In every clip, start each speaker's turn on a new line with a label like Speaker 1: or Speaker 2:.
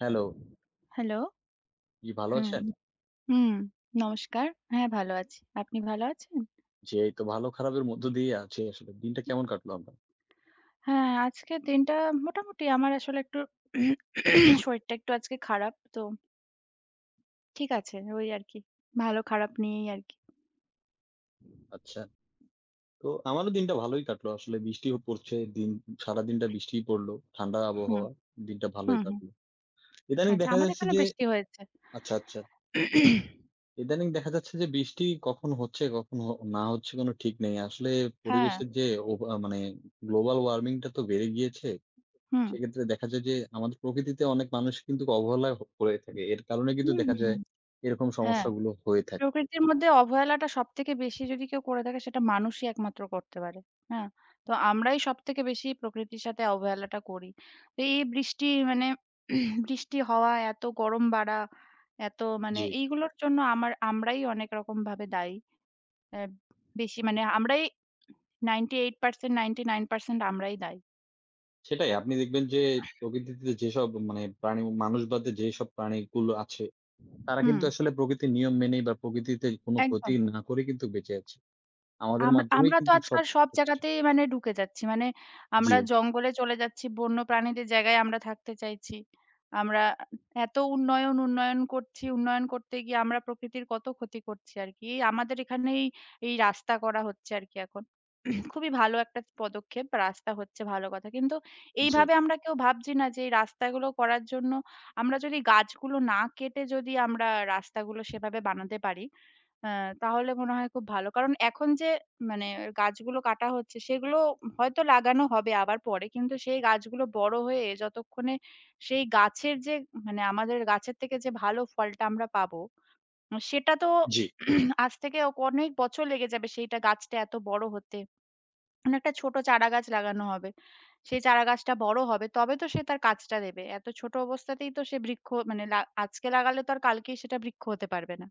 Speaker 1: Hello,
Speaker 2: hello.
Speaker 1: জি ভালো
Speaker 2: হ্যাঁ,
Speaker 1: আছেন?
Speaker 2: হুম, নমস্কার। হ্যাঁ, ভালো আছি। আপনি ভালো আছেন?
Speaker 1: জি, এই তো ভালো খারাপের মধ্য দিয়েই আছি আসলে। দিনটা কেমন কাটলো আপনার?
Speaker 2: হ্যাঁ, আজকের দিনটা মোটামুটি আমার আসলে একটু শরীরটা একটু আজকে খারাপ। তো ঠিক আছে, ওই আরকি। ভালো খারাপ নিয়েই আরকি।
Speaker 1: আচ্ছা। তো আমারও দিনটা ভালোই কাটলো। আসলে বৃষ্টিও পড়ছে। সারাদিনটা বৃষ্টিই পড়লো। ঠান্ডা
Speaker 2: হুম,
Speaker 1: আবহাওয়া। দিনটা ভালোই
Speaker 2: হুম, হুম।
Speaker 1: কাটলো। ইদানিং
Speaker 2: আচ্ছা,
Speaker 1: দেখা
Speaker 2: আমাদের
Speaker 1: যাচ্ছে
Speaker 2: এখানে
Speaker 1: যে
Speaker 2: বৃষ্টি হয়েছে।
Speaker 1: আচ্ছা, আচ্ছা। ইদানিং দেখা যাচ্ছে যে বৃষ্টি কখন হচ্ছে, কখন হ না হচ্ছে কোনো ঠিক নেই। আসলে
Speaker 2: হ্যাঁ,
Speaker 1: পরিবেশের যে মানে গ্লোবাল ওয়ার্মিং টা তো বেড়ে গিয়েছে।
Speaker 2: হুম।
Speaker 1: সেক্ষেত্রে দেখা যায় যে আমাদের প্রকৃতিতে অনেক মানুষ কিন্তু অবহেলা করে থাকে। এর কারণে কিন্তু
Speaker 2: হুম,
Speaker 1: দেখা
Speaker 2: হুম,
Speaker 1: যায়
Speaker 2: হুম।
Speaker 1: এরকম
Speaker 2: হ্যাঁ।
Speaker 1: সমস্যাগুলো হয়ে থাকে।
Speaker 2: প্রকৃতির মধ্যে অবহেলাটা সবথেকে বেশি যদি কেউ করে থাকে সেটা মানুষই একমাত্র করতে পারে। হ্যাঁ? তো আমরাই সবথেকে বেশি প্রকৃতির সাথে অবহেলাটা করি। তো এই বৃষ্টি বৃষ্টি হওয়া, এত গরম বাড়া, এত
Speaker 1: জি।
Speaker 2: এইগুলোর জন্য আমরাই অনেক রকমভাবে দায়ী। অ্যা বেশি আমরাই 98% 99% আমরাই দায়ী।
Speaker 1: সেটাই। আপনি দেখবেন যে প্রকৃতিতে মানে প্রাণী মানুষ বাদে যেসব প্রাণীগুলো আছে, তারা
Speaker 2: হুম,
Speaker 1: কিন্তু আসলে প্রকৃতির নিয়ম মেনেই বা প্রকৃতিতে কোনো ক্ষতি
Speaker 2: একদম।
Speaker 1: না করে কিন্তু বেঁচে আছে। আমাদের মাধ্যমেই
Speaker 2: আমরা তো
Speaker 1: কিন্তু সব
Speaker 2: আজকাল সব
Speaker 1: হচ্ছে।
Speaker 2: জায়গাতেই ঢুকে যাচ্ছি। মানে
Speaker 1: জি,
Speaker 2: আমরা জঙ্গলে চলে যাচ্ছি, বন্য প্রাণীদের জায়গায় আমরা থাকতে চাইছি। আমরা এত উন্নয়ন, উন্নয়ন করছি। উন্নয়ন করতে গিয়ে আমরা প্রকৃতির কত ক্ষতি করছি আরকি। এই আমাদের এখানেই এই রাস্তা করা হচ্ছে আরকি এখন। খুবই ভালো একটা পদক্ষেপ। রাস্তা হচ্ছে ভালো কথা। কিন্তু
Speaker 1: জি,
Speaker 2: এইভাবে আমরা কেউ ভাবছি না যে এই রাস্তাগুলো করার জন্য আমরা যদি গাছগুলো না কেটে যদি আমরা রাস্তাগুলো সেভাবে বানাতে পারি হ্যাঁ, তাহলে মনে হয় খুব ভালো। কারণ এখন যে মানে গাছগুলো কাটা হচ্ছে সেগুলো হয়তো লাগানো হবে আবার পরে। কিন্তু সেই গাছগুলো বড় হয়ে যতক্ষণে সেই গাছের যে আমাদের গাছের থেকে যে ভালো ফলটা আমরা পাবো, সেটা তো
Speaker 1: জি।
Speaker 2: আজ থেকে অনেক বছর লেগে যাবে সেইটা গাছটা এত বড় হতে। মানে একটা ছোট চারাগাছ লাগানো হবে। সেই চারাগাছটা বড় হবে তবে তো সে তার কাজটা দেবে। এত ছোট অবস্থাতেই তো সে বৃক্ষ মানে লা আজকে লাগালে তো আর কালকেই সেটা বৃক্ষ হতে পারবে না।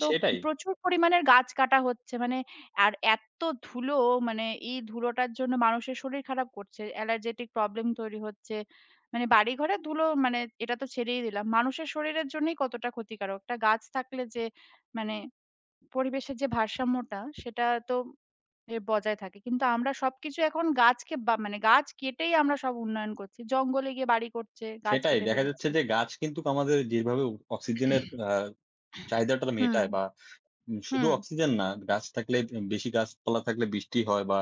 Speaker 2: তো
Speaker 1: সেটাই,
Speaker 2: প্রচুর পরিমাণের গাছ কাটা হচ্ছে। আর এত ধুলো মানে এই ধুলোটার জন্য মানুষের শরীর খারাপ করছে। অ্যালার্জেটিক প্রবলেম তৈরি হচ্ছে। মানে বাড়িঘরের ধুলো মানে এটা তো ছেড়েই দিলাম। মানুষের শরীরের জন্যই কতটা ক্ষতিকারক। একটা গাছ থাকলে যে মানে পরিবেশের যে ভারসাম্যটা সেটা তো বজায় থাকে। কিন্তু আমরা সবকিছু এখন গাছকে বা গাছ কেটেই আমরা সব উন্নয়ন করছি। জঙ্গলে গিয়ে বাড়ি করছে, গাছ
Speaker 1: সেটাই।
Speaker 2: কেটে
Speaker 1: দেখা যাচ্ছে
Speaker 2: ফেলছে।
Speaker 1: যে গাছ কিন্তু আমাদের যেভাবে অক্সিজেনের চাহিদাটা
Speaker 2: হুম,
Speaker 1: মেটায় বা শুধু
Speaker 2: হুম,
Speaker 1: অক্সিজেন না, গাছ থাকলে বেশি গাছপালা থাকলে বৃষ্টি হয় বা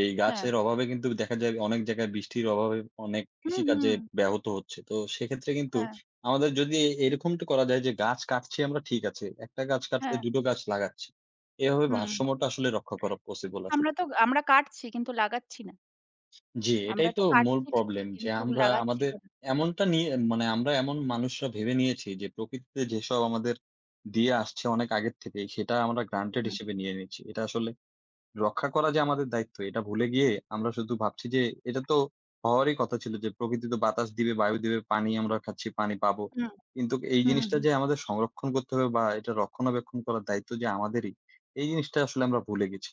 Speaker 1: এই
Speaker 2: হ্যাঁ।
Speaker 1: গাছের অভাবে কিন্তু দেখা যায় অনেক জায়গায় বৃষ্টির অভাবে অনেক
Speaker 2: হুম,
Speaker 1: কৃষিকাজে
Speaker 2: হুম।
Speaker 1: ব্যাহত হচ্ছে। তো সেক্ষেত্রে কিন্তু
Speaker 2: হ্যাঁ,
Speaker 1: আমাদের যদি এরকমটা করা যায় যে গাছ কাটছি আমরা ঠিক আছে। একটা গাছ কাটলে
Speaker 2: হ্যাঁ।
Speaker 1: ২ টো গাছ লাগাচ্ছি। এভাবে
Speaker 2: হুম,
Speaker 1: ভারসাম্যটা আসলে রক্ষা করা পসিবল আসলে।
Speaker 2: আমরা তো আমরা কাটছি কিন্তু লাগাচ্ছি না।
Speaker 1: জি, এটাই
Speaker 2: আমরা
Speaker 1: তো
Speaker 2: তো
Speaker 1: মূল
Speaker 2: কাটছি ঠিকই
Speaker 1: প্রবলেম যে
Speaker 2: কিন্তু
Speaker 1: আমরা
Speaker 2: লাগাচ্ছি
Speaker 1: আমাদের
Speaker 2: তো না।
Speaker 1: এমনটা নিয়ে মানে আমরা এমন মানুষরা ভেবে নিয়েছি যে প্রকৃতিতে যেসব আমাদের দিয়ে আসছে অনেক আগের থেকেই সেটা আমরা গ্রান্টেড
Speaker 2: হুম,
Speaker 1: হিসেবে নিয়ে নিচ্ছি। এটা আসলে রক্ষা করা যে আমাদের দায়িত্ব এটা ভুলে গিয়ে আমরা শুধু ভাবছি যে এটা তো হওয়ারই কথা ছিল যে প্রকৃতি তো বাতাস দিবে, বায়ু দিবে, পানি আমরা খাচ্ছি, পানি পাবো।
Speaker 2: হুম,
Speaker 1: কিন্তু এই
Speaker 2: হুম,
Speaker 1: জিনিসটা
Speaker 2: হুম।
Speaker 1: যে আমাদের সংরক্ষণ করতে হবে বা এটা রক্ষণাবেক্ষণ করার দায়িত্ব যে আমাদেরই, এই জিনিসটা আসলে আমরা ভুলে গেছি।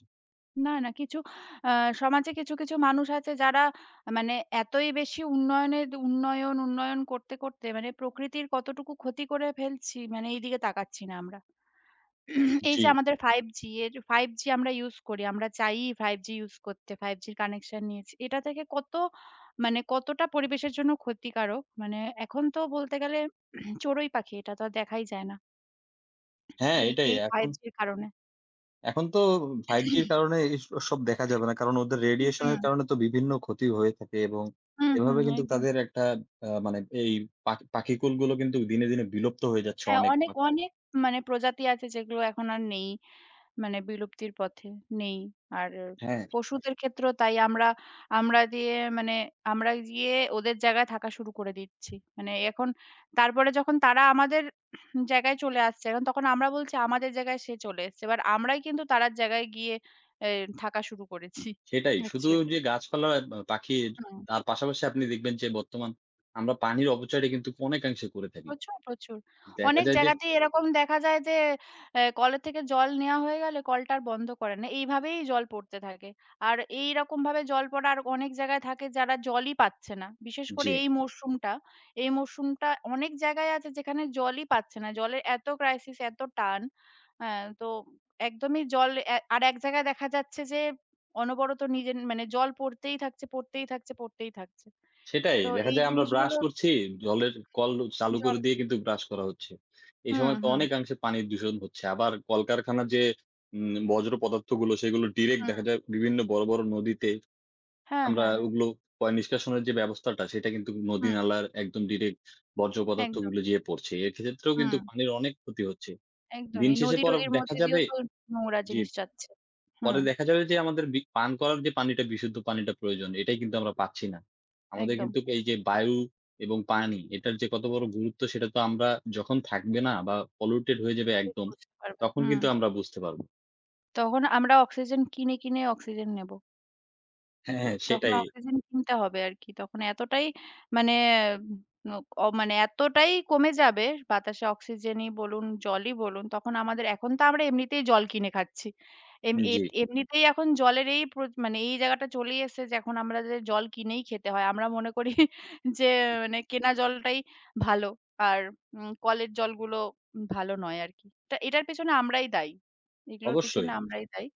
Speaker 2: না, না কিছু আ সমাজে কিছু, কিছু মানুষ আছে যারা মানে এতই বেশি উন্নয়নের উন্নয়ন, উন্নয়ন করতে, করতে মানে প্রকৃতির কতটুকু ক্ষতি করে ফেলছি মানে এইদিকে তাকাচ্ছি না আমরা। এই
Speaker 1: জি,
Speaker 2: যে আমাদের 5G এর 5G আমরা ইউজ করি। আমরা চাই 5G ইউজ করতে। 5G র কানেকশন নিয়েছি। এটা থেকে কত কতটা পরিবেশের জন্য ক্ষতিকারক। মানে এখন তো বলতে গেলে চড়ুই পাখি এটা তো আর দেখাই যায় না।
Speaker 1: হ্যাঁ
Speaker 2: এই
Speaker 1: এটাই।
Speaker 2: এই
Speaker 1: এখন
Speaker 2: 5G র কারণে।
Speaker 1: এখন তো 5G র কারণে এসব দেখা যাবে না। কারণ ওদের রেডিয়েশন এর
Speaker 2: হুম,
Speaker 1: কারণে তো বিভিন্ন ক্ষতি হয়ে থাকে এবং
Speaker 2: হুম, হুম
Speaker 1: এভাবে কিন্তু
Speaker 2: একদম।
Speaker 1: তাদের একটা মানে এই পাখিকুলগুলো কিন্তু দিনে, দিনে বিলুপ্ত হয়ে যাচ্ছে
Speaker 2: হ্যাঁ,
Speaker 1: অনেক।
Speaker 2: অনেক, অনেক প্রজাতি আছে যেগুলো এখন আর নেই। মানে বিলুপ্তির পথে নেই। আর
Speaker 1: হ্যাঁ।
Speaker 2: পশুদের ক্ষেত্রেও তাই আমরা আমরা দিয়ে মানে আমরা গিয়ে ওদের জায়গায় থাকা শুরু করে দিচ্ছি। মানে এখন তারপরে যখন তারা আমাদের জায়গায় চলে আসছে, এখন তখন আমরা বলছি আমাদের জায়গায় সে চলে এসছে। এবার আমরাই কিন্তু তার জায়গায় গিয়ে এ থাকা শুরু করেছি।
Speaker 1: সেটাই। শুধু
Speaker 2: অ্যাকচুয়ালি।
Speaker 1: যে গাছপালা, বা পাখি তার পাশাপাশি আপনি দেখবেন যে বর্তমান আমরা পানির অপচয়টা কিন্তু অনেকাংশে করে থাকি।
Speaker 2: প্রচুর, প্রচুর।
Speaker 1: দেখা
Speaker 2: অনেক
Speaker 1: যায় যে
Speaker 2: জায়গাতেই এরকম দেখা যায় যে কলের থেকে জল নেয়া হয়ে গেলে কলটা আর বন্ধ করে না। এইভাবেই জল পড়তে থাকে। আর এইরকমভাবে জল পড়া আর অনেক জায়গায় থাকে যারা জলই পাচ্ছে না। বিশেষ
Speaker 1: জি,
Speaker 2: করে এই মরশুমটা, এই মরশুমটা অনেক জায়গায় আছে যেখানে জলই পাচ্ছে না। জলের এত ক্রাইসিস, এত টান। আ তো একদমই জল এ আর এক জায়গায় দেখা যাচ্ছে যে অনবরত নিজের জল পড়তেই থাকছে, পড়তেই থাকছে, পড়তেই থাকছে।
Speaker 1: সেটাই।
Speaker 2: তো
Speaker 1: দেখা
Speaker 2: এই
Speaker 1: যায় আমরা ব্রাশ
Speaker 2: জিনিসগুলো
Speaker 1: করছি, জলের কল চালু
Speaker 2: জল
Speaker 1: করে দিয়ে কিন্তু ব্রাশ করা হচ্ছে। এই
Speaker 2: হুম,
Speaker 1: সময় তো
Speaker 2: হুম,
Speaker 1: অনেকাংশে পানির দূষণ হচ্ছে। আবার কলকারখানার যে বজ্র পদার্থগুলো সেগুলো ডিরেক্ট
Speaker 2: হুম।
Speaker 1: দেখা যায় বিভিন্ন বড়, বড় নদীতে
Speaker 2: হ্যাঁ,
Speaker 1: আমরা
Speaker 2: হ্যাঁ, হ্যাঁ।
Speaker 1: ওগুলো পয় নিষ্কাশনের যে ব্যবস্থাটা সেটা কিন্তু নদী
Speaker 2: হুম,
Speaker 1: নালার একদম ডিরেক্ট বর্জ্য
Speaker 2: একদম,
Speaker 1: পদার্থগুলো যেয়ে পড়ছে। এক্ষেত্রেও কিন্তু
Speaker 2: হুম।
Speaker 1: পানির অনেক ক্ষতি হচ্ছে।
Speaker 2: একদম।
Speaker 1: দিন
Speaker 2: এই
Speaker 1: শেষে পরে
Speaker 2: নদী-টদির
Speaker 1: দেখা
Speaker 2: মধ্যে দিয়েও
Speaker 1: যাবে
Speaker 2: তো নোংরা
Speaker 1: জি,
Speaker 2: জিনিস যাচ্ছে। হুম,
Speaker 1: পরে দেখা যাবে যে আমাদের পান করার যে পানিটা বিশুদ্ধ পানিটা প্রয়োজন এটাই কিন্তু আমরা পাচ্ছি না। আমাদের
Speaker 2: একদম।
Speaker 1: কিন্তু এই যে বায়ু এবং পানি এটার যে কত বড় গুরুত্ব সেটা তো আমরা যখন থাকবে না বা পলিউটেড হয়ে যাবে একদম,
Speaker 2: বুঝতে পারবে।
Speaker 1: তখন
Speaker 2: হুম।
Speaker 1: কিন্তু আমরা বুঝতে পারব।
Speaker 2: তখন আমরা অক্সিজেন কিনে, কিনে অক্সিজেন নেব।
Speaker 1: হ্যাঁ, হ্যাঁ
Speaker 2: তখন
Speaker 1: সেটাই।
Speaker 2: অক্সিজেন কিনতে হবে আরকি। তখন এতটাই মানে উম অ মানে এতটাই কমে যাবে বাতাসে অক্সিজেনই বলুন, জলই বলুন, তখন আমাদের এখন তো আমরা এমনিতেই জল কিনে খাচ্ছি। এম এ
Speaker 1: জি,
Speaker 2: এমনিতেই এখন জলের এই প্র মানে এই জায়গাটা চলেই এসেছে যে এখন আমাদের জল কিনেই খেতে হয়। আমরা মনে করি যে কেনা জলটাই ভালো। আর কলের জলগুলো ভালো নয় আরকি। তা এটার পেছনে আমরাই দায়ী। এগুলোর
Speaker 1: অবশ্যই।
Speaker 2: পিছনে আমরাই দায়ী।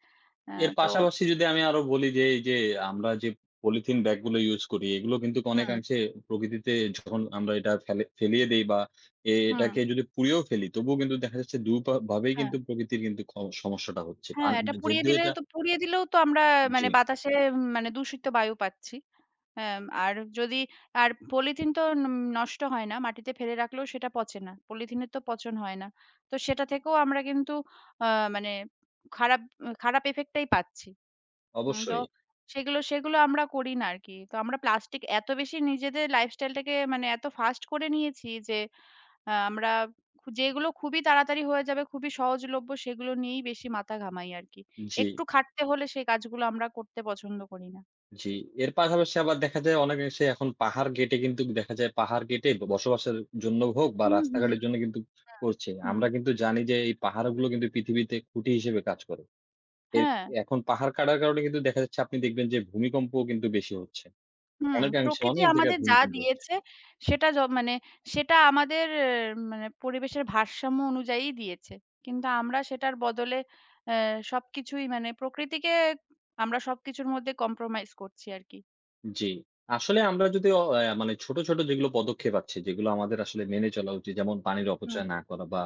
Speaker 2: অ্যা
Speaker 1: এর
Speaker 2: তো
Speaker 1: পাশাপাশি যদি আমি আরো বলি যে, এই যে আমরা যে পলিথিন ব্যাগ গুলো ইউজ করি, এগুলো কিন্তু
Speaker 2: হুম,
Speaker 1: অনেকাংশে প্রকৃতিতে যখন আমরা এটা ফেলে ফেলিয়ে দেই বা
Speaker 2: হুম।
Speaker 1: এটাকে যদি পুড়িয়েও ফেলি, তবুও কিন্তু দেখা যাচ্ছে দুপা ভাবেই
Speaker 2: হ্যাঁ।
Speaker 1: কিন্তু প্রকৃতির কিন্তু সমস্যাটা হচ্ছে।
Speaker 2: হ্যাঁ, এটা পুড়িয়ে
Speaker 1: যেহেতু
Speaker 2: দিলে
Speaker 1: এটা
Speaker 2: তো পুড়িয়ে দিলেও তো আমরা
Speaker 1: জি,
Speaker 2: বাতাসে মানে দূষিত বায়ু পাচ্ছি। আর যদি আর পলিথিন তো ন নষ্ট হয় না। মাটিতে ফেলে রাখলেও সেটা পচে না। পলিথিনের তো পচন হয় না। তো সেটা থেকেও আমরা কিন্তু আ মানে খারাপ খারাপ effect টাই পাচ্ছি। তো
Speaker 1: অবশ্যই।
Speaker 2: সেগুলো সেগুলো আমরা করি না আরকি। তো আমরা প্লাস্টিক এত বেশি নিজেদের লাইফস্টাইলটাকে মানে এত ফাস্ট করে নিয়েছি যে আ আমরা খু যেগুলো খুবই তাড়াতাড়ি হয়ে যাবে, খুবই সহজলভ্য সেগুলো নিয়েই বেশি মাথা ঘামাই আরকি।
Speaker 1: জি,
Speaker 2: একটু খাটতে হলে সেই কাজগুলো আমরা করতে পছন্দ করি না।
Speaker 1: জি। এর পাশাপাশি আবার দেখা যায় অনেকাংশে এখন পাহাড় কেটে কিন্তু দেখা যায় পাহাড় কেটে বসবাসের জন্য হোক বা
Speaker 2: হুম, হুম,
Speaker 1: রাস্তাঘাটের জন্য কিন্তু
Speaker 2: হুম,
Speaker 1: করছে।
Speaker 2: হুম।
Speaker 1: আমরা কিন্তু জানি যে এই পাহাড়গুলো কিন্তু পৃথিবীতে খুঁটি হিসেবে কাজ করে। এর
Speaker 2: হ্যাঁ,
Speaker 1: এখন পাহাড় কাটার কারণে কিন্তু দেখা যাচ্ছে আপনি দেখবেন যে ভূমিকম্প কিন্তু বেশি হচ্ছে।
Speaker 2: হুম।
Speaker 1: অনেকাংশে
Speaker 2: প্রকৃতি
Speaker 1: অনেক জায়গায়
Speaker 2: আমাদের যা
Speaker 1: ভূমিকম্প হচ্ছে।
Speaker 2: দিয়েছে সেটা য মানে সেটা আমাদের মানে পরিবেশের ভারসাম্য অনুযায়ী দিয়েছে। কিন্তু আমরা সেটার বদলে অ্যা সবকিছুই মানে প্রকৃতিকে আমরা সবকিছুর মধ্যে কম্প্রোমাইজ করছি আরকি।
Speaker 1: জি। আসলে আমরা যদি অ অ্যা মানে ছোট, ছোট যেগুলো পদক্ষেপ আছে যেগুলো আমাদের আসলে মেনে চলা উচিত যেমন পানির
Speaker 2: হুম,
Speaker 1: অপচয় না করা বা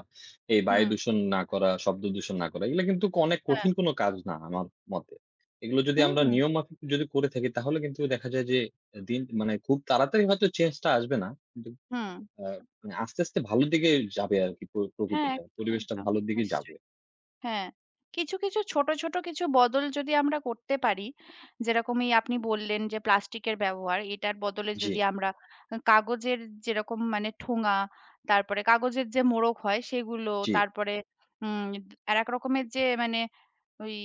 Speaker 1: এই বায়ু
Speaker 2: হুম।
Speaker 1: দূষণ না করা, শব্দ দূষণ না করা। এগুলো কিন্তু অনেক
Speaker 2: হ্যাঁ।
Speaker 1: কঠিন কোনো কাজ না আমার মতে। এগুলো যদি
Speaker 2: হুম,
Speaker 1: আমরা
Speaker 2: হুম,
Speaker 1: নিয়ম মাফিক যদি করে থাকি তাহলে কিন্তু দেখা যায় যে দিন মানে খুব তাড়াতাড়ি হয়তো চেঞ্জ টা আসবে না। কিন্তু
Speaker 2: হুম।
Speaker 1: আ মানে আস্তে, আস্তে ভালোর দিকে যাবে আরকি
Speaker 2: হ্যাঁ,
Speaker 1: প্রকৃতিটা।
Speaker 2: একদম,
Speaker 1: পরিবেশটা
Speaker 2: একদম।
Speaker 1: ভালোর দিকে যাবে।
Speaker 2: নিশ্চয়ই। হ্যাঁ। কিছু, ছোট, ছোট কিছু বদল যদি আমরা করতে পারি, যেরকম এই আপনি বললেন যে প্লাস্টিকের ব্যবহার, এটার বদলে
Speaker 1: জি,
Speaker 2: যদি আমরা কাগজের যেরকম মানে ঠোঙা, তারপরে কাগজের যে মোড়ক হয় সেগুলো,
Speaker 1: জি।
Speaker 2: তারপরে উম এ এক রকমের যে ওই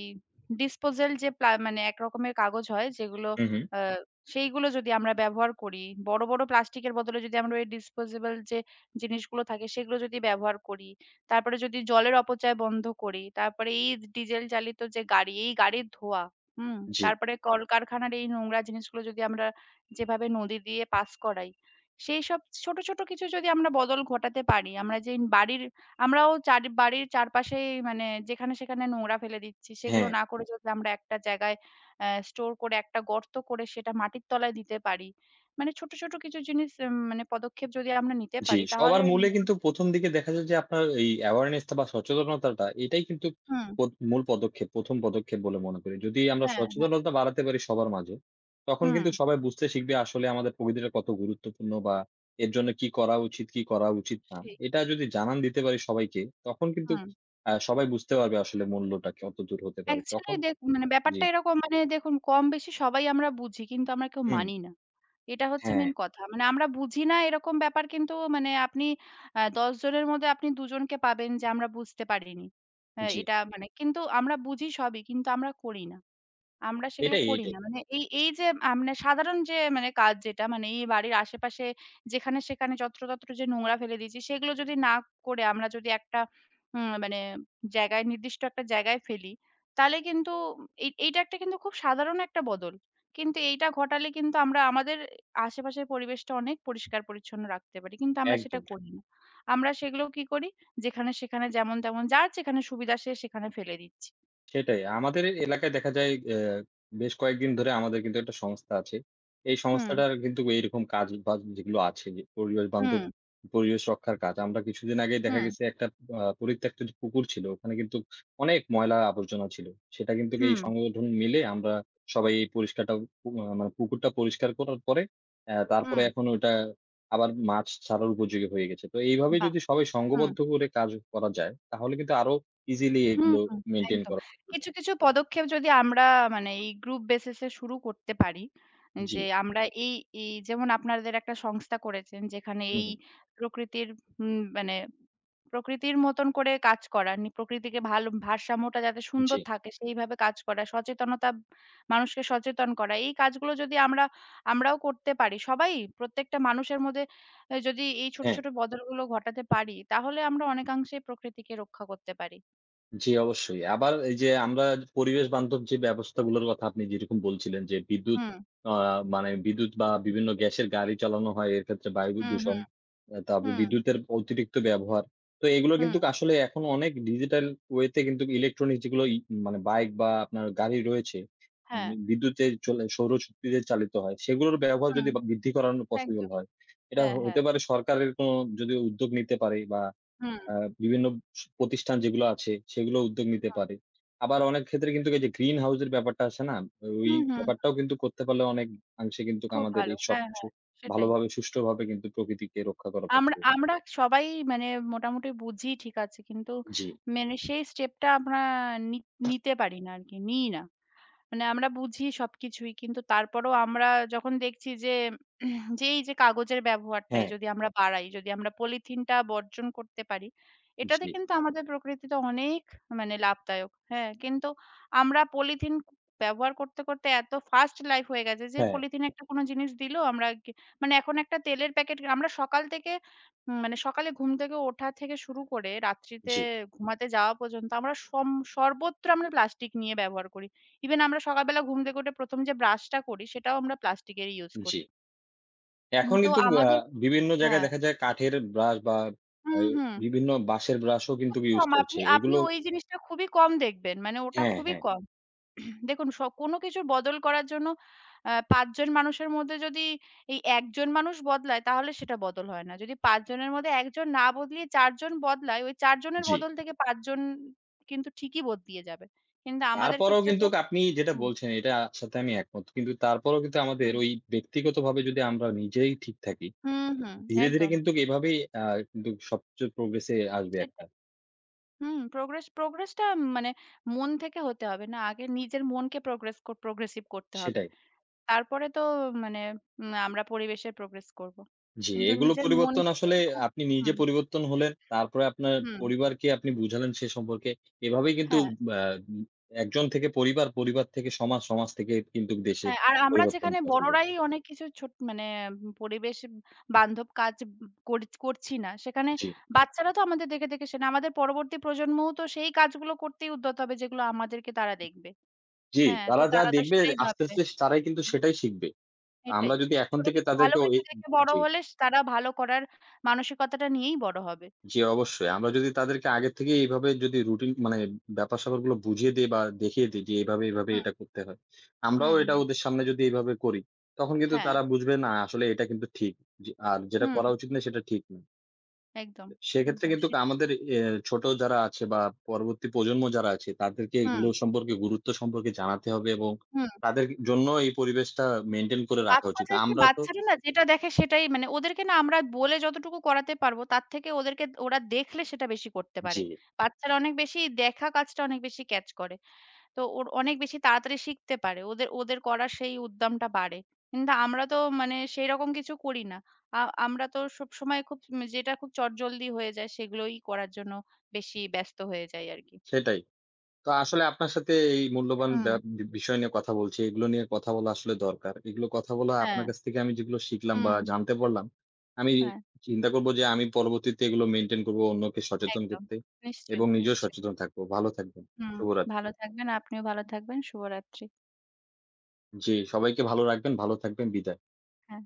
Speaker 2: ডিসপোজাল যে প্লা মানে একরকমের কাগজ হয় যেগুলো
Speaker 1: হু, হু।
Speaker 2: আ সেইগুলো যদি আমরা ব্যবহার করি, বড়, বড় প্লাস্টিকের বদলে যদি আমরা ওই ডিসপোজেবল যে জিনিসগুলো থাকে সেগুলো যদি ব্যবহার করি, তারপরে যদি জলের অপচয় বন্ধ করি, তারপরে এই ডিজেল চালিত যে গাড়ি, এই গাড়ির ধোঁয়া, হুম?
Speaker 1: জি।
Speaker 2: তারপরে কলকারখানার এই নোংরা জিনিসগুলো যদি আমরা যেভাবে নদী দিয়ে পাস করাই, সেইসব ছোট, ছোট কিছু যদি আমরা বদল ঘটাতে পারি, আমরা যে বাড়ির আমরাও চার বাড়ির চারপাশেই মানে যেখানে সেখানে নোংরা ফেলে দিচ্ছি। সেগুলো
Speaker 1: হ্যাঁ,
Speaker 2: না করে যদি আমরা একটা জায়গায় স্টোর করে একটা গর্ত করে সেটা মাটির তলায় দিতে পারি। মানে ছোট, ছোট কিছু জিনিস এ মানে পদক্ষেপ যদি আমরা নিতে
Speaker 1: জি।
Speaker 2: পারি তাহলে
Speaker 1: সবার মূলে কিন্তু ১ম দিকে দেখা যায় যে আপনার এই awareness টা বা সচেতনতাটা এটাই কিন্তু
Speaker 2: হুম,
Speaker 1: মূল পদক্ষেপ, ১ম পদক্ষেপ বলে মনে করি। যদি আমরা
Speaker 2: হ্যাঁ, হ্যাঁ,
Speaker 1: সচেতনতা বাড়াতে পারি সবার মাঝে, তখন
Speaker 2: হুম,
Speaker 1: কিন্তু সবাই বুঝতে শিখবে আসলে আমাদের প্রকৃতিটা কত গুরুত্বপূর্ণ বা এর জন্য কি করা উচিত, কি করা উচিত না।
Speaker 2: সেই,
Speaker 1: এটা যদি জানান দিতে পারি সবাইকে, তখন কিন্তু
Speaker 2: হুম।
Speaker 1: সবাই বুঝতে পারবে আসলে মূল্যটা কতদূর হতে পারে। তখন
Speaker 2: অ্যাকচুয়ালি দেখ মানে
Speaker 1: জি।
Speaker 2: ব্যাপারটা এরকম মানে দেখুন কম বেশি সবাই আমরা বুঝি কিন্তু আমরা কেউ
Speaker 1: হুম।
Speaker 2: মানি না। এটা হচ্ছে
Speaker 1: হ্যাঁ,
Speaker 2: মেইন কথা। মানে আমরা বুঝি না এরকম ব্যাপার কিন্তু মানে আপনি ১০ জনের মধ্যে আপনি ২ জনকে পাবেন যে আমরা বুঝতে পারিনি। হ্যাঁ,
Speaker 1: জি।
Speaker 2: এটা মানে কিন্তু আমরা বুঝি সবই কিন্তু আমরা করি না। আমরা সেগুলো
Speaker 1: এটাই,
Speaker 2: করি
Speaker 1: এটাই।
Speaker 2: না। মানে এই এই যে আ মানে সাধারণ যে মানে কাজ যেটা মানে এই বাড়ির আশেপাশে যেখানে সেখানে যত্রতত্র যে নোংরা ফেলে দিয়েছি সেগুলো যদি না করে আমরা যদি একটা উম মানে জায়গায় নির্দিষ্ট একটা জায়গায় ফেলি, তাহলে কিন্তু এইটা একটা কিন্তু খুব সাধারণ একটা বদল। কিন্তু এইটা ঘটালে কিন্তু আমরা আমাদের আশেপাশের পরিবেশটা অনেক পরিষ্কার-পরিচ্ছন্ন রাখতে পারি। কিন্তু আমরা সেটা
Speaker 1: একদম।
Speaker 2: করি না। আমরা সেগুলো কি করি? যেখানে সেখানে যেমন তেমন যার যেখানে সুবিধা সে সেখানে ফেলে দিচ্ছি।
Speaker 1: সেটাই। আমাদের এলাকায় দেখা যায় বেশ কয়েকদিন ধরে আমাদের কিন্তু একটা সংস্থা আছে। এই
Speaker 2: হুম,
Speaker 1: সংস্থাটার কিন্তু এইরকম কাজ বাজ যেগুলো আছে যে পরিবেশ বান্ধব
Speaker 2: হুম,
Speaker 1: পরিবেশ রক্ষার কাজ। আমরা কিছুদিন আগেই দেখা
Speaker 2: হুম,
Speaker 1: গেছে একটা পরিত্যক্ত যে পুকুর ছিল ওখানে কিন্তু অনেক ময়লা আবর্জনা ছিল। সেটা কিন্তু এই
Speaker 2: হুম।
Speaker 1: সংগঠন মিলে আমরা সবাই এই পরিষ্কারটা মানে পুকুরটা পরিষ্কার করার পরে তারপরে
Speaker 2: হুম,
Speaker 1: এখন ওটা আবার মাছ ছাড়ার উপযোগী হয়ে গেছে। তো এইভাবে
Speaker 2: বাহ!
Speaker 1: যদি সবাই
Speaker 2: হুম।
Speaker 1: সংঘবদ্ধ করে কাজ করা যায় তাহলে কিন্তু আরো ইজিলি
Speaker 2: হুম,
Speaker 1: এগুলো
Speaker 2: হুম,
Speaker 1: মেইনটেইন
Speaker 2: একদম।
Speaker 1: করা
Speaker 2: কিছু, কিছু পদক্ষেপ যদি আমরা এই গ্রুপ বেসিস এ শুরু করতে পারি,
Speaker 1: জি,
Speaker 2: যে আমরা এই, এই যেমন আপনাদের একটা সংস্থা করেছেন যেখানে
Speaker 1: হুম,
Speaker 2: এই
Speaker 1: হুম,
Speaker 2: প্রকৃতির উম মানে প্রকৃতির মতন করে কাজ করা, প্রকৃতিকে ভালো ভারসাম্যটা যাতে
Speaker 1: জি,
Speaker 2: সুন্দর থাকে সেইভাবে কাজ করা, সচেতনতা মানুষকে সচেতন করা। এই কাজগুলো যদি আমরা আমরাও করতে পারি, সবাই প্রত্যেকটা মানুষের মধ্যে যদি এই ছোট,
Speaker 1: হ্যাঁ,
Speaker 2: ছোট বদলগুলো ঘটাতে পারি, তাহলে আমরা অনেকাংশেই প্রকৃতিকে রক্ষা করতে পারি।
Speaker 1: জি অবশ্যই। আবার এই যে আমরা পরিবেশ বান্ধব যে ব্যবস্থাগুলোর কথা আপনি যেরকম বলছিলেন যে বিদ্যুৎ
Speaker 2: হুম।
Speaker 1: আ মানে বিদ্যুৎ বা বিভিন্ন গ্যাসের গাড়ি চালানো হয় এর ক্ষেত্রে বায়ু
Speaker 2: হুম,
Speaker 1: দূষণ,
Speaker 2: হুম,
Speaker 1: তারপর
Speaker 2: হুম,
Speaker 1: বিদ্যুতের অতিরিক্ত ব্যবহার। তো এগুলো কিন্তু
Speaker 2: হুম,
Speaker 1: আসলে এখন অনেক ডিজিটাল ওয়েতে কিন্তু ইলেকট্রনিক যেগুলো মানে বাইক বা আপনার গাড়ি রয়েছে,
Speaker 2: হ্যাঁ,
Speaker 1: বিদ্যুতে চলে সৌরশক্তিতে চালিত হয়। সেগুলোর ব্যবহার
Speaker 2: হুম,
Speaker 1: যদি বা বৃদ্ধি করানো পসিবল
Speaker 2: একদম।
Speaker 1: হয়, এটা
Speaker 2: হ্যাঁ, হ্যাঁ,
Speaker 1: হতে পারে সরকারের কোনো যদি উদ্যোগ নিতে পারে বা
Speaker 2: হুম,
Speaker 1: আ বিভিন্ন প্রতিষ্ঠান যেগুলো আছে সেগুলো উদ্যোগ নিতে পারে। আবার অনেক ক্ষেত্রে কিন্তু এই যে গ্রিন হাউস এর ব্যাপারটা আসে না? ওই
Speaker 2: হুম, হুম,
Speaker 1: ব্যাপারটাও কিন্তু করতে পারলে অনেক অংশে কিন্তু
Speaker 2: খুব
Speaker 1: আমাদের
Speaker 2: ভালো।
Speaker 1: এই
Speaker 2: হ্যাঁ,
Speaker 1: সবকিছু
Speaker 2: হ্যাঁ, সেটাই।
Speaker 1: ভালোভাবে সুষ্ঠুভাবে কিন্তু প্রকৃতিকে রক্ষা করা
Speaker 2: আমরা
Speaker 1: পসিবল।
Speaker 2: আমরা সবাই মানে মোটামুটি বুঝি ঠিক আছে। কিন্তু
Speaker 1: জি।
Speaker 2: সেই স্টেপটা আমরা নি নিতে পারি না আরকি। নিই না। মানে আমরা বুঝি সবকিছুই। কিন্তু তারপরেও আমরা যখন দেখছি যে যে এই যে কাগজের ব্যবহারটাই
Speaker 1: হ্যাঁ,
Speaker 2: যদি আমরা বাড়াই, যদি আমরা পলিথিনটা বর্জন করতে পারি, এটাতে
Speaker 1: জি,
Speaker 2: কিন্তু আমাদের প্রকৃতিতে অনেক লাভদায়ক। হ্যাঁ? কিন্তু আমরা পলিথিন ব্যবহার করতে, করতে এত ফাস্ট লাইফ হয়ে গেছে যে
Speaker 1: হ্যাঁ,
Speaker 2: পলিথিনে একটা কোনো জিনিস দিল আমরা গে মানে এখন একটা তেলের প্যাকেট আমরা সকাল থেকে উম মানে সকালে ঘুম থেকে ওঠা থেকে শুরু করে রাত্রিতে
Speaker 1: জি,
Speaker 2: ঘুমাতে যাওয়া পর্যন্ত আমরা সর্বত্র আমরা প্লাস্টিক নিয়ে ব্যবহার করি। ইভেন আমরা সকালবেলা ঘুম থেকে উঠে ১ম যে ব্রাশটা করি সেটাও আমরা প্লাস্টিকেরই ইউজ
Speaker 1: জি।
Speaker 2: করি।
Speaker 1: এখন
Speaker 2: তো
Speaker 1: কিন্তু আ
Speaker 2: আমাদের
Speaker 1: বিভিন্ন জায়গায়
Speaker 2: হ্যাঁ,
Speaker 1: দেখা যায় কাঠের ব্রাশ বা আ
Speaker 2: হুম, হুম।
Speaker 1: বিভিন্ন বাঁশের ব্রাশও কিন্তু
Speaker 2: খুব
Speaker 1: ইউস
Speaker 2: কম
Speaker 1: করছে।
Speaker 2: আপনি আপনি
Speaker 1: এগুলো
Speaker 2: ওই জিনিসটা খুবই কম দেখবেন। মানে ওটা
Speaker 1: হ্যাঁ,
Speaker 2: খুবই
Speaker 1: হ্যাঁ,
Speaker 2: কম। দেখুন কোনো কিছুর বদল করার জন্য ৫ জন মানুষের মধ্যে যদি এই ১ জন মানুষ বদলায় তাহলে সেটা বদল হয় না। যদি ৫ জনের মধ্যে ১ জন না বদলিয়ে ৪ জন বদলায়, ওই ৪ জনের
Speaker 1: জি।
Speaker 2: বদল থেকে ৫ জন কিন্তু ঠিকই বদলিয়ে যাবে। কিন্তু আমাদের
Speaker 1: তারপরেও
Speaker 2: ক্ষেত্রে
Speaker 1: কিন্তু
Speaker 2: তো
Speaker 1: আপনি যেটা
Speaker 2: হুম,
Speaker 1: বলছেন এটার সাথে আমি একমত। কিন্তু তারপরেও কিন্তু আমাদের
Speaker 2: হুম,
Speaker 1: ওই ব্যক্তিগতভাবে যদি আমরা নিজেই ঠিক থাকি,
Speaker 2: হুম, হুম,
Speaker 1: ধীরে, ধীরে
Speaker 2: একদম
Speaker 1: কিন্তু এভাবেই কিন্তু সবচেয়ে প্রোগ্রেস এ আসবে একটা।
Speaker 2: সেটাই। হুম, প্রোগ্রেসটা মানে মন থেকে হতে হবে। না, আগে নিজের মনকে প্রোগ্রেসিভ করতে হবে।
Speaker 1: সেটাই।
Speaker 2: তারপরে তো মানে উম আমরা পরিবেশের প্রোগ্রেস করব।
Speaker 1: জি,
Speaker 2: কিন্তু
Speaker 1: এগুলো
Speaker 2: নিজের মন
Speaker 1: পরিবর্তন আসলে
Speaker 2: থেকেই খুব
Speaker 1: আপনি নিজে
Speaker 2: হুম,
Speaker 1: পরিবর্তন হলেন। তারপরে আপনার
Speaker 2: হুম।
Speaker 1: পরিবারকে আপনি বুঝালেন সে সম্পর্কে। এভাবেই কিন্তু
Speaker 2: হ্যাঁ,
Speaker 1: আ একজন থেকে পরিবার, পরিবার থেকে সমাজ, সমাজ থেকে কিন্তু দেশে
Speaker 2: হ্যাঁ। আর আমরা
Speaker 1: পরিবর্তন
Speaker 2: যেখানে
Speaker 1: পসিবল।
Speaker 2: বড়রাই অনেক কিছু ছোট মানে উম পরিবেশ বান্ধব কাজ উম কর করছি না, সেখানে
Speaker 1: জি,
Speaker 2: বাচ্চারা তো আমাদের দেখে, দেখে শেনে। আমাদের পরবর্তী প্রজন্মও তো সেই কাজগুলো করতেই উদ্যত হবে যেগুলো আমাদেরকে তারা দেখবে।
Speaker 1: জি।
Speaker 2: হ্যাঁ, তো
Speaker 1: তারা যা
Speaker 2: তারা তো
Speaker 1: দেখবে
Speaker 2: সেটাই
Speaker 1: আস্তে,
Speaker 2: ভাববে।
Speaker 1: আস্তে তারাই কিন্তু সেটাই শিখবে। আমরা
Speaker 2: এটাই।
Speaker 1: যদি এখন
Speaker 2: ছোট
Speaker 1: থেকে
Speaker 2: থেকে ভালো
Speaker 1: তাদেরকে ওই
Speaker 2: কিছু দেখে বড়
Speaker 1: জি,
Speaker 2: হলে তারা ভালো করার মানসিকতাটা নিয়েই বড় হবে।
Speaker 1: জি অবশ্যই। আমরা যদি তাদেরকে আগে থেকে এইভাবে যদি রুটিন মানে ব্যাপার-স্যাপার গুলো বুঝিয়ে দেই বা দেখিয়ে দেই যে এভাবে, এভাবে
Speaker 2: হুম,
Speaker 1: এটা করতে হয়। আমরাও
Speaker 2: হুম,
Speaker 1: এটা
Speaker 2: হুম।
Speaker 1: ওদের সামনে যদি এভাবে করি, তখন কিন্তু
Speaker 2: হ্যাঁ,
Speaker 1: তারা বুঝবে না আসলে এটা কিন্তু ঠিক। যে আর যেটা
Speaker 2: হুম,
Speaker 1: করা উচিত না সেটা ঠিক না।
Speaker 2: একদম,
Speaker 1: সেক্ষেত্রে
Speaker 2: একদম
Speaker 1: কিন্তু
Speaker 2: সেটাই।
Speaker 1: আমাদের এ ছোট যারা আছে বা পরবর্তী প্রজন্ম যারা আছে তাদেরকে
Speaker 2: হুম,
Speaker 1: এগুলো সম্পর্কে গুরুত্ব সম্পর্কে জানাতে হবে এবং
Speaker 2: হুম।
Speaker 1: তাদের জন্য এই পরিবেশটা মেইনটেইন করে রাখা উচিত।
Speaker 2: বাচ্চাদেরকে
Speaker 1: আমরা তো
Speaker 2: বাচ্চারা না যেটা দেখে সেটাই মানে ওদেরকে না আমরা বলে যতটুকু করাতে পারবো তার থেকে ওদেরকে ওরা দেখলে সেটা বেশি করতে
Speaker 1: জি,
Speaker 2: পারে। বাচ্চারা অনেক বেশি দেখা কাজটা অনেক বেশি ক্যাচ করে। তো ওর অনেক বেশি তাড়াতাড়ি শিখতে পারে। ওদের ওদের করার সেই উদ্যমটা বাড়ে। কিন্তু আমরা তো সেইরকম কিছু করি না। আ আমরা তো সবসময় খুব যেটা খুব চটজলদি হয়ে যায় সেগুলোই করার জন্য বেশি ব্যস্ত হয়ে যাই আরকি।
Speaker 1: সেটাই। তো আসলে আপনার সাথে এই মূল্যবান
Speaker 2: হুম,
Speaker 1: বিষয় নিয়ে কথা বলছি এগুলো নিয়ে কথা বলা আসলে দরকার এগুলো কথা বলা
Speaker 2: হ্যাঁ,
Speaker 1: আপনার কাছ থেকে আমি যেগুলো শিখলাম বা
Speaker 2: হুম,
Speaker 1: জানতে পারলাম আমি
Speaker 2: হ্যাঁ,
Speaker 1: চিন্তা করব যে আমি পরবর্তীতে এগুলো মেনটেন করব অন্যকে সচেতন
Speaker 2: একদম।
Speaker 1: করতে
Speaker 2: নিশ্চয়ই,
Speaker 1: এবং নিজেও
Speaker 2: নিশ্চয়ই।
Speaker 1: সচেতন থাকবো। ভালো থাকবেন।
Speaker 2: হুম।
Speaker 1: শুভরাত্রি।
Speaker 2: ভালো থাকবেন, আপনিও ভালো থাকবেন। শুভরাত্রি।
Speaker 1: জি, সবাইকে ভালো রাখবেন। ভালো থাকবেন। বিদায়।
Speaker 2: হ্যাঁ।